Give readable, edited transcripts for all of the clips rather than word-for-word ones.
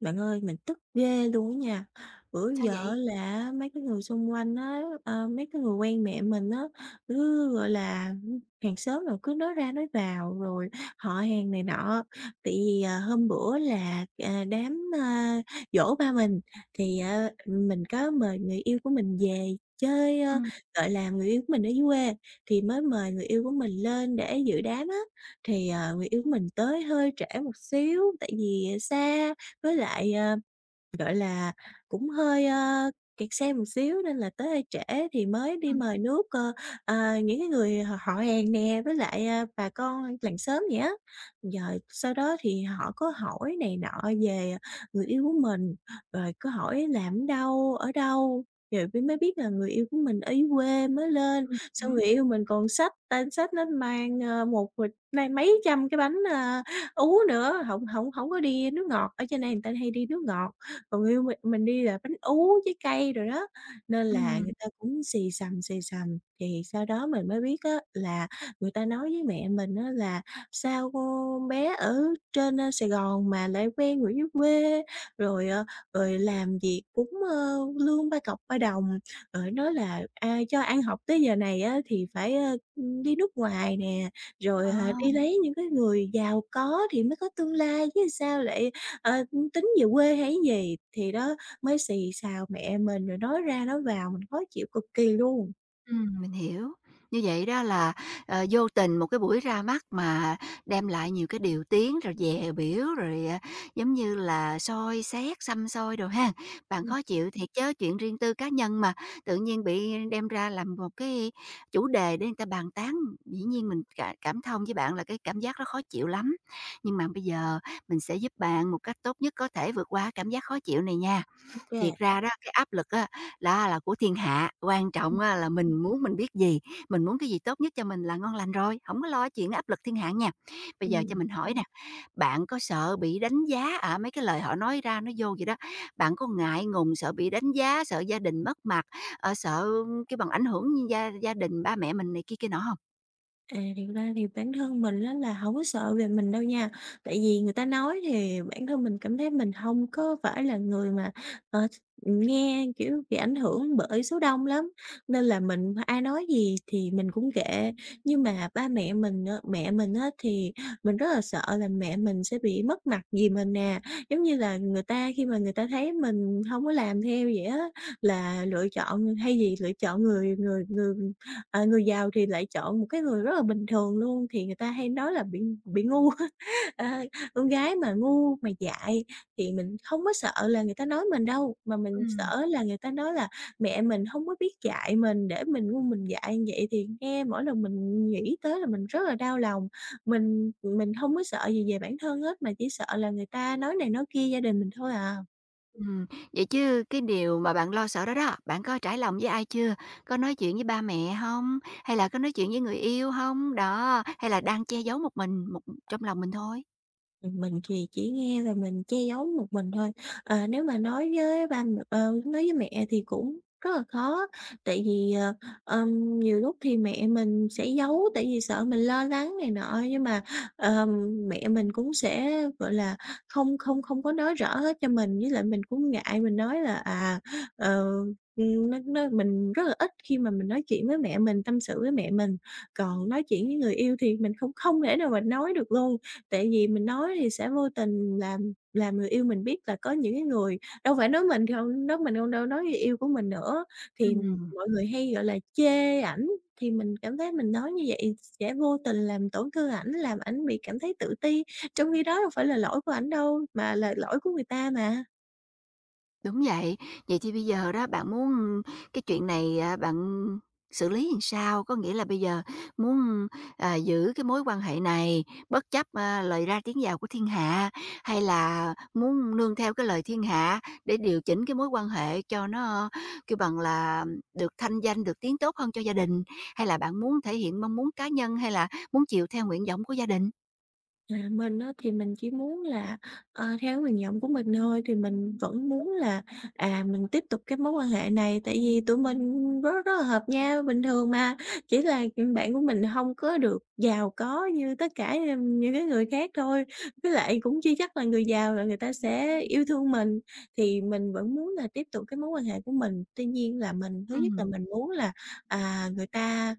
Bạn ơi, mình tức ghê luôn á nha. Bữa Sao giờ vậy? á là mấy cái người xung quanh á, mấy cái người quen mẹ mình á, cứ, gọi là, hàng xóm rồi cứ nói ra nói vào, rồi họ hàng này nọ. Tại vì, hôm bữa là, đám, giỗ ba mình, thì, mình có mời người yêu của mình về chơi, Ừm, gọi là, người yêu của mình ở dưới quê, thì mới mời người yêu của mình lên để dự đám á. Thì, người yêu của mình tới hơi trễ một xíu tại vì xa, với lại, gọi là, cũng hơi, kẹt xe một xíu nên là tới hơi trễ thì mới đi ừm, mời nước, những cái người họ họ hàng nè, với lại, bà con làng xóm vậy á. Rồi sau đó thì họ có hỏi này nọ về người yêu của mình, rồi có hỏi làm ở đâu, rồi mới mới biết là người yêu của mình ở dưới quê mới lên. ừm Xong hứm, người yêu mình còn xách tên xách nó mang, một bịch nay mấy trăm cái bánh, ú nữa, không không không có đi nước ngọt, ở trên này người ta hay đi nước ngọt. Còn người yêu mình đi là bánh ú, với cây rồi đó, nên là ừm, người ta cũng xì xầm, xì xầm. Thì sau đó mình mới biết á là người ta nói với mẹ mình á là "Sao con bé ở trên, Sài Gòn mà lại quen người dưới quê, rồi, rồi làm việc cũng, lương ba cọc ba đồng", rồi nói là "À, cho ăn học tới giờ này á thì phải, đi nước ngoài nè, rồi, à, đi lấy những cái người giàu có thì mới có tương lai chứ sao lại, ờ, tính về quê hay gì, thì đó, mới xì xào mẹ mình rồi nói ra nói vào, mình khó chịu cực kỳ luôn. Mình hiểu. Như vậy đó là, vô tình một cái buổi ra mắt mà đem lại nhiều cái điều tiếng, rồi dè bỉu, rồi, giống như là, soi xét, săm soi đồ ha. Bạn Ừm, khó chịu thiệt chớ, chuyện riêng tư cá nhân mà, tự nhiên bị đem ra làm một cái chủ đề để người ta bàn tán, dĩ nhiên mình cả cảm thông với bạn là cái cảm giác đó khó chịu lắm. Nhưng mà bây giờ mình sẽ giúp bạn một cách tốt nhất có thể vượt qua cảm giác khó chịu này nha. ô kê. Thiệt ra đó, cái áp lực á, là của thiên hạ, quan trọng Ừm. á là mình muốn mình biết gì, mình muốn cái gì tốt nhất cho mình là ngon lành rồi, không có lo chuyện áp lực thiên hạ nha. Bây giờ cho mình hỏi nè, bạn có sợ bị đánh giá, à, mấy cái lời họ nói ra nó vô vậy đó, bạn có ngại ngùng, sợ bị đánh giá, sợ gia đình mất mặt, sợ cái bằng ảnh hưởng như gia gia đình, ba mẹ mình này kia kia nọ không? À, thiệt ra thì bản thân mình á là không có sợ về mình đâu nha, tại vì người ta nói thì bản thân mình cảm thấy mình không có phải là người mà, ờ, nghe, kiểu, bị ảnh hưởng bởi số đông lắm, nên là mình ai nói gì thì mình cũng kệ. Nhưng mà ba mẹ mình á thì mình rất là sợ là mẹ mình sẽ bị mất mặt vì mình nè, giống như là người ta khi mà người ta thấy mình không có làm theo vậy á, là lựa chọn hay gì lựa chọn người người người À, người giàu thì lại chọn một cái người rất là bình thường luôn, thì người ta hay nói là bị ngu á. Ờ, con gái mà ngu, mà dại thì mình không có sợ là người ta nói mình đâu, mà mình Ừm. sợ là người ta nói là mẹ mình không có biết dạy mình, để mình ngu mình dại như vậy thì nghe mỗi lần mình nghĩ tới là mình rất là đau lòng. Mình không có sợ gì về bản thân hết, mà chỉ sợ là người ta nói này nói kia gia đình mình thôi à. Ừm, vậy chứ cái điều mà bạn lo sợ đó đó, bạn có trải lòng với ai chưa? Có nói chuyện với ba mẹ không? Hay là có nói chuyện với người yêu không? Đó, hay là đang che giấu một mình, một trong lòng mình thôi? Mình thì chỉ nghe rồi mình che giấu một mình thôi. Ờ, nếu mà nói với ba m ờ, nói với mẹ thì cũng rất là khó, tại vì, nhiều lúc thì mẹ mình sẽ giấu tại vì sợ mình lo lắng này nọ, nhưng mà, ờm, mẹ mình cũng sẽ, gọi là, không không không có nói rõ hết cho mình, với lại mình cũng ngại mình nói là, ờ, nó mình rất là ít khi mà mình nói chuyện với mẹ mình, tâm sự với mẹ mình, còn nói chuyện với người yêu thì mình không không thể nào mà nói được luôn tại vì mình nói thì sẽ vô tình làm người yêu mình biết là có những cái người đâu phải nói mình không đâu, nói người yêu của mình nữa, thì Ừm. mọi người hay, gọi là, chê ảnh, thì mình cảm thấy mình nói như vậy sẽ vô tình làm tổn thương ảnh, làm ảnh bị cảm thấy tự ti, trong khi đó đâu phải là lỗi của ảnh đâu, mà là lỗi của người ta mà. Đúng vậy. Vậy thì bây giờ đó bạn muốn cái chuyện này, à, bạn xử lý làm sao? Có nghĩa là bây giờ muốn, à, giữ cái mối quan hệ này bất chấp, a, lời ra tiếng vào của thiên hạ, hay là muốn nương theo cái lời thiên hạ để điều chỉnh cái mối quan hệ cho nó, kêu bằng là, được thanh danh, được tiếng tốt hơn cho gia đình? Hay là bạn muốn thể hiện mong muốn cá nhân, hay là muốn chịu theo nguyện vọng của gia đình? À, mình á thì mình chỉ muốn là, theo nguyện vọng của mình thôi, thì mình vẫn muốn là, mình tiếp tục cái mối quan hệ này, tại vì tụi mình rất rất là hợp nhau, bình thường mà, chỉ là, bạn của mình không có được giàu có như tất cả, những cái người khác thôi. Với lại cũng chưa chắc là người giàu là người ta sẽ yêu thương mình, thì mình vẫn muốn là tiếp tục cái mối quan hệ của mình. Tuy nhiên là mình thứ Ừ. nhất là mình muốn là, người ta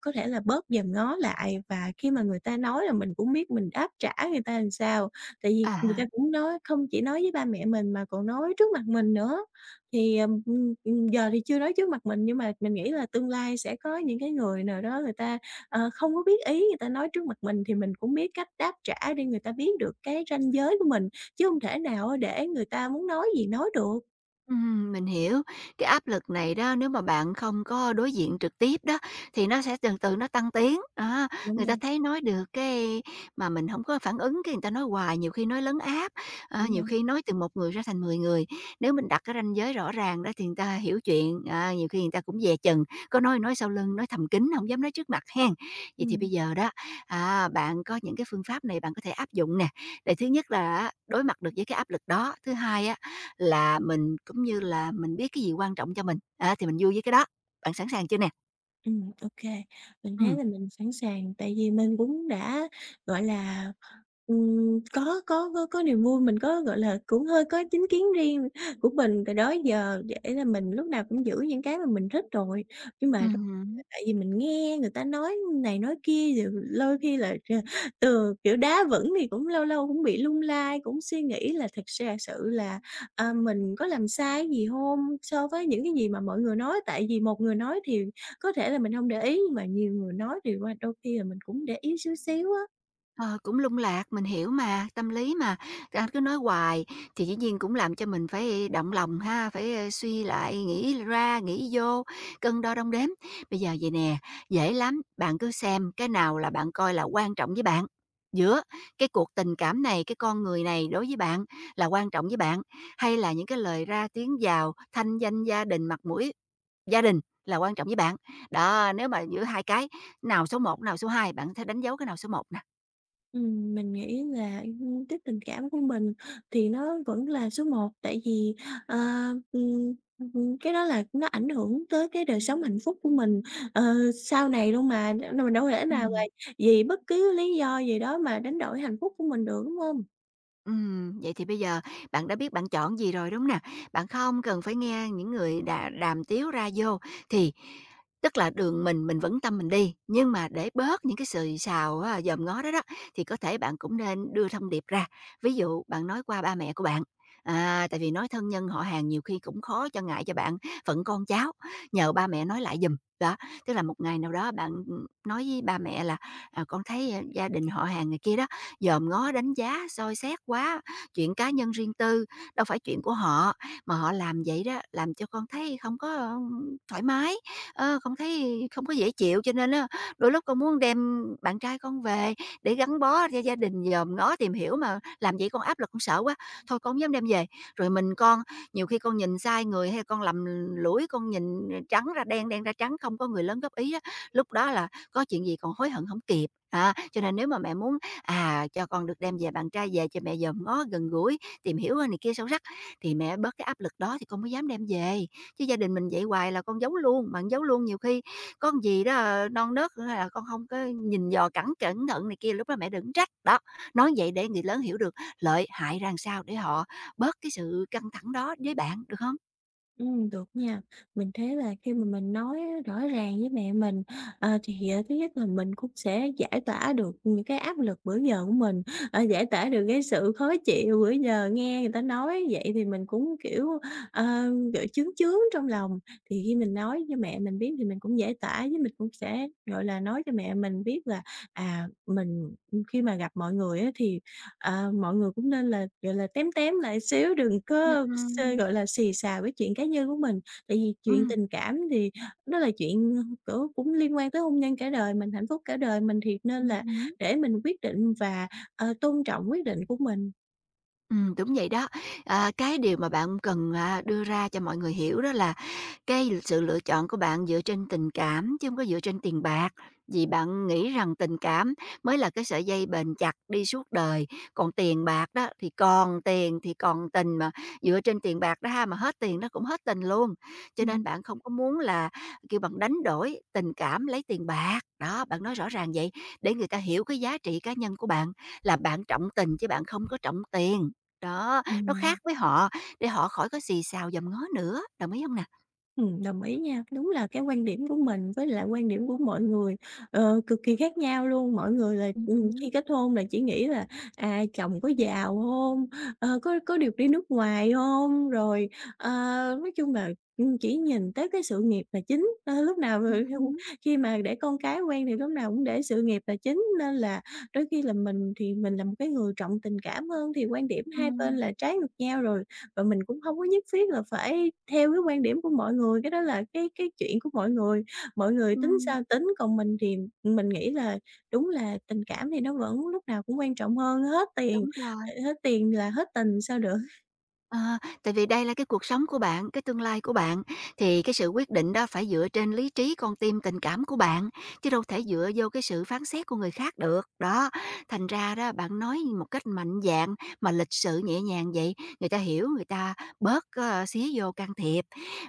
có thể là bớt dòm ngó lại và khi mà người ta nói là mình cũng biết mình đáp trả người ta làm sao, tại vì người À. ta cũng nói không chỉ nói với ba mẹ mình mà còn nói trước mặt mình nữa. Thì, giờ thì chưa nói trước mặt mình nhưng mà mình nghĩ là tương lai sẽ có những cái người nào đó người ta, không có biết ý, người ta nói trước mặt mình thì mình cũng biết cách đáp trả để người ta biết được cái ranh giới của mình, chứ không thể nào để người ta muốn nói gì nói được. Mình hiểu. Cái áp lực này đó, nếu mà bạn không có đối diện trực tiếp đó, thì nó sẽ dần từ nó tăng tiếng á, Đúng người ta rồi, thấy nói được cái mà mình không có phản ứng, cái người ta nói hoài, nhiều khi nói lấn áp, à, đúng nhiều rồi. khi nói từ một người ra thành 10 người. Nếu mình đặt cái ranh giới rõ ràng đó thì người ta hiểu chuyện, à, nhiều khi người ta cũng dè chừng, có nói sau lưng, nói thầm kín, không dám nói trước mặt hen. Vậy Ừ. thì bây giờ đó, à, bạn có những cái phương pháp này bạn có thể áp dụng nè, để thứ nhất là đối mặt được với cái áp lực đó, thứ hai á là mình cũng như là mình biết cái gì quan trọng cho mình, á, thì mình vui với cái đó. Bạn sẵn sàng chưa nè? Ok. Mình thấy Ừm. là mình sẵn sàng, tại vì mình cũng đã, gọi là, có niềm vui, mình có, gọi là, cũng hơi có chính kiến riêng của mình từ đó giờ để là mình lúc nào cũng giữ những cái mà mình thích rồi. Nhưng mà Ừm. tại vì mình nghe người ta nói này nói kia, rồi lôi khi là r ừ, kiểu, đá vững thì cũng lâu lâu cũng bị lung lay, cũng suy nghĩ là thật ra sự là, mình có làm sai gì không so với những cái gì mà mọi người nói. Tại vì một người nói thì có thể là mình không để ý, nhưng mà nhiều người nói thì qua đôi khi là mình cũng để ý xíu xíu á. Ờ, Cũng lung lạc, mình hiểu mà, tâm lý mà, anh cứ nói hoài thì dĩ nhiên cũng làm cho mình phải động lòng ha, phải, suy lại, nghĩ ra, nghĩ vô, cân đo đong đếm. Bây giờ vầy nè, dễ lắm, bạn cứ xem cái nào là bạn coi là quan trọng với bạn, giữa cái cuộc tình cảm này, cái con người này đối với bạn là quan trọng với bạn, hay là những cái lời ra tiếng vào, thanh danh gia đình, mặt mũi gia đình là quan trọng với bạn. Đó, nếu mà giữa hai cái, nào số một nào số 2 bạn sẽ đánh dấu cái nào số một nè? Mình nghĩ là, cái tình cảm của mình thì nó vẫn là số một tại vì, ờ, ừm, cái đó là nó ảnh hưởng tới cái đời sống hạnh phúc của mình, ờ, sau này luôn mà, nên mình đâu thể nào mà Ừm, vì bất cứ lý do gì đó mà đánh đổi hạnh phúc của mình được, đúng hông? Vậy thì bây giờ bạn đã biết bạn chọn gì rồi, đúng nè? Bạn không cần phải nghe những người đà đàm tiếu ra vô, thì tức là đường mình vẫn tâm mình đi, nhưng mà để bớt những cái xì xào á, dòm ngó đó đó, thì có thể bạn cũng nên đưa thông điệp ra. Ví dụ bạn nói qua ba mẹ của bạn, à, tại vì nói thân nhân họ hàng nhiều khi cũng khó cho ngại cho bạn phận con cháu, nhờ ba mẹ nói lại giùm. Đó, tức là một ngày nào đó bạn, nói với ba mẹ là, à, "Con thấy, a, gia đình họ hàng" người kia đó, dòm ngó đánh giá, soi xét quá, chuyện cá nhân riêng tư, đâu phải chuyện của họ. Mà họ làm vậy đó, làm cho con thấy không có, thoải mái, không thấy không có dễ chịu, cho nên á, đôi lúc con muốn đem bạn trai con về để gắn bó cho gia đình, dòm ngó, tìm hiểu mà làm vậy con áp lực, con sợ quá, thôi con hổng dám đem về. Rồi mình con, nhiều khi con nhìn sai người hay con lầm lũi, con nhìn trắng ra đen, đen ra trắng, không có người lớn góp ý á, lúc đó là có chuyện gì còn hối hận không kịp. À, cho nên nếu mà mẹ muốn, à, cho con được đem về bạn trai về cho mẹ dòm ngó, gần gũi, tìm hiểu, này kia sâu sắc, thì mẹ bớt cái áp lực đó thì con mới dám đem về. Chứ gia đình mình vậy hoài là con giấu luôn, bạn giấu luôn nhiều khi con gì đó, non nớt là con không có nhìn dò cẩn cẩn thận này kia, lúc đó mẹ đừng trách. Đó, nói vậy để người lớn hiểu được lợi hại ra làm sao để họ bớt cái sự căng thẳng đó với bạn, được không? Được nha. Mình thấy là khi mà mình nói rõ ràng với mẹ mình, thì, thứ nhất là mình cũng sẽ giải tỏa được những cái áp lực bữa giờ của mình, giải tỏa được cái sự khó chịu bữa giờ nghe người ta nói vậy thì mình cũng, kiểu, ờ, gọi, chướng chướng trong lòng. Thì khi mình nói cho mẹ mình biết thì mình cũng giải tỏa, với mình cũng sẽ, gọi là, nói cho mẹ mình biết là, mình khi mà gặp mọi người á thì ờ, mọi người cũng nên là, gọi là, tém tém lại xíu, đừng Ừm, có s ừm. gọi là, xì xào với chuyện cá nhân của mình. Tại vì chuyện Ừm. tình cảm thì nó là chuyện, kiểu, cũng liên quan tới hôn nhân cả đời mình, hạnh phúc cả đời mình thì nên là Hứm. để mình quyết định và, tôn trọng quyết định của mình. Đúng vậy đó. À, cái điều mà bạn cần, à, đưa ra cho mọi người hiểu đó là cái sự lựa chọn của bạn dựa trên tình cảm chứ không có dựa trên tiền bạc, vì bạn nghĩ rằng tình cảm mới là cái sợi dây bền chặt đi suốt đời, còn tiền bạc đó thì còn tiền thì còn tình, mà dựa trên tiền bạc đó ha, mà hết tiền nó cũng hết tình luôn. Cho nên Ừm, bạn không có muốn là, kêu bằng, đánh đổi tình cảm lấy tiền bạc. Đó, bạn nói rõ ràng vậy để người ta hiểu cái giá trị cá nhân của bạn là bạn trọng tình chứ bạn không có trọng tiền. Đó, nó khác ừm. với họ để họ khỏi có xì xào dầm ngó nữa, đồng ý không nè? Đồng ý nha. Đúng là cái quan điểm của mình với lại quan điểm của mọi người, cực kỳ khác nhau luôn. Mọi người là, Hứm, khi kết hôn là chỉ nghĩ là, chồng có giàu không, có được đi nước ngoài không, rồi, ờ, nói chung là, chỉ nhìn tới cái sự nghiệp là chính. Ơ, lúc nào rồi- hứm, khi mà để con cái quen thì lúc nào cũng để sự nghiệp là chính, nên là đôi khi là mình thì mình là một cái người trọng tình cảm hơn, thì quan điểm hai bên ừm, là trái ngược nhau rồi. Và mình cũng không có nhất thiết là phải theo cái quan điểm của mọi người, cái đó là cái chuyện của mọi người tính ừm, sao tính, còn mình thì mình nghĩ là đúng là tình cảm thì nó vẫn lúc nào cũng quan trọng hơn hết tiền, đúng rồi. Hết tiền là hết tình sao được. Ờ, tại vì đây là cái cuộc sống của bạn, cái tương lai của bạn, thì cái sự quyết định đó phải dựa trên lý trí, con tim, tình cảm của bạn, chứ đâu thể dựa vô cái sự phán xét của người khác được. Đó, thành ra đó bạn nói một cách mạnh dạn mà lịch sự nhẹ nhàng vậy, người ta hiểu, người ta bớt xía vô can thiệp.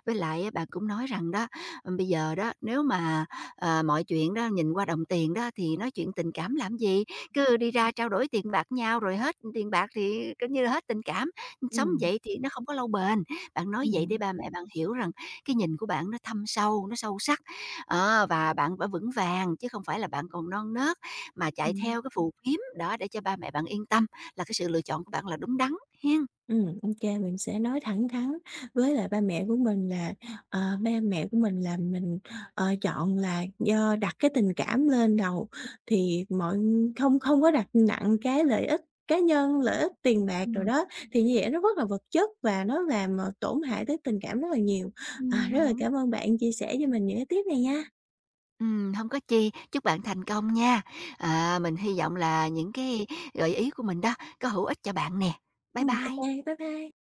Với lại á, bạn cũng nói rằng đó, ừ, bây giờ đó nếu mà mọi chuyện đó nhìn qua đồng tiền đó thì nói chuyện tình cảm làm gì, cứ đi ra trao đổi tiền bạc nhau rồi hết tiền bạc thì coi như là hết tình cảm. Sống Ừm, vậy thì nó không có lâu bền. Bạn nói vậy để ừm, ba mẹ bạn hiểu rằng cái nhìn của bạn nó thâm sâu, nó sâu sắc, và bạn đã vững vàng chứ không phải là bạn còn non nớt mà chạy ừm. theo cái phù kiếm đó, để cho ba mẹ bạn yên tâm là cái sự lựa chọn của bạn là đúng đắn, Hiên. Ok. Mình sẽ nói thẳng thắn với lại ba mẹ của mình là, ba mẹ của mình là mình, chọn là do đặt cái tình cảm lên đầu, thì không không có đặt nặng cái lợi ích cá nhân, lợi ích tiền bạc rồi Ừm. đó, thì như vậy nó rất là vật chất và nó làm, tổn hại tới tình cảm rất là nhiều. À, rất là Hứm. cảm ơn bạn chia sẻ cho mình những cái tiếp này nha. Có chi, chúc bạn thành công nha. À, mình hy vọng là những cái gợi ý của mình đó có hữu ích cho bạn nè. Bye Ô bye. bye bye.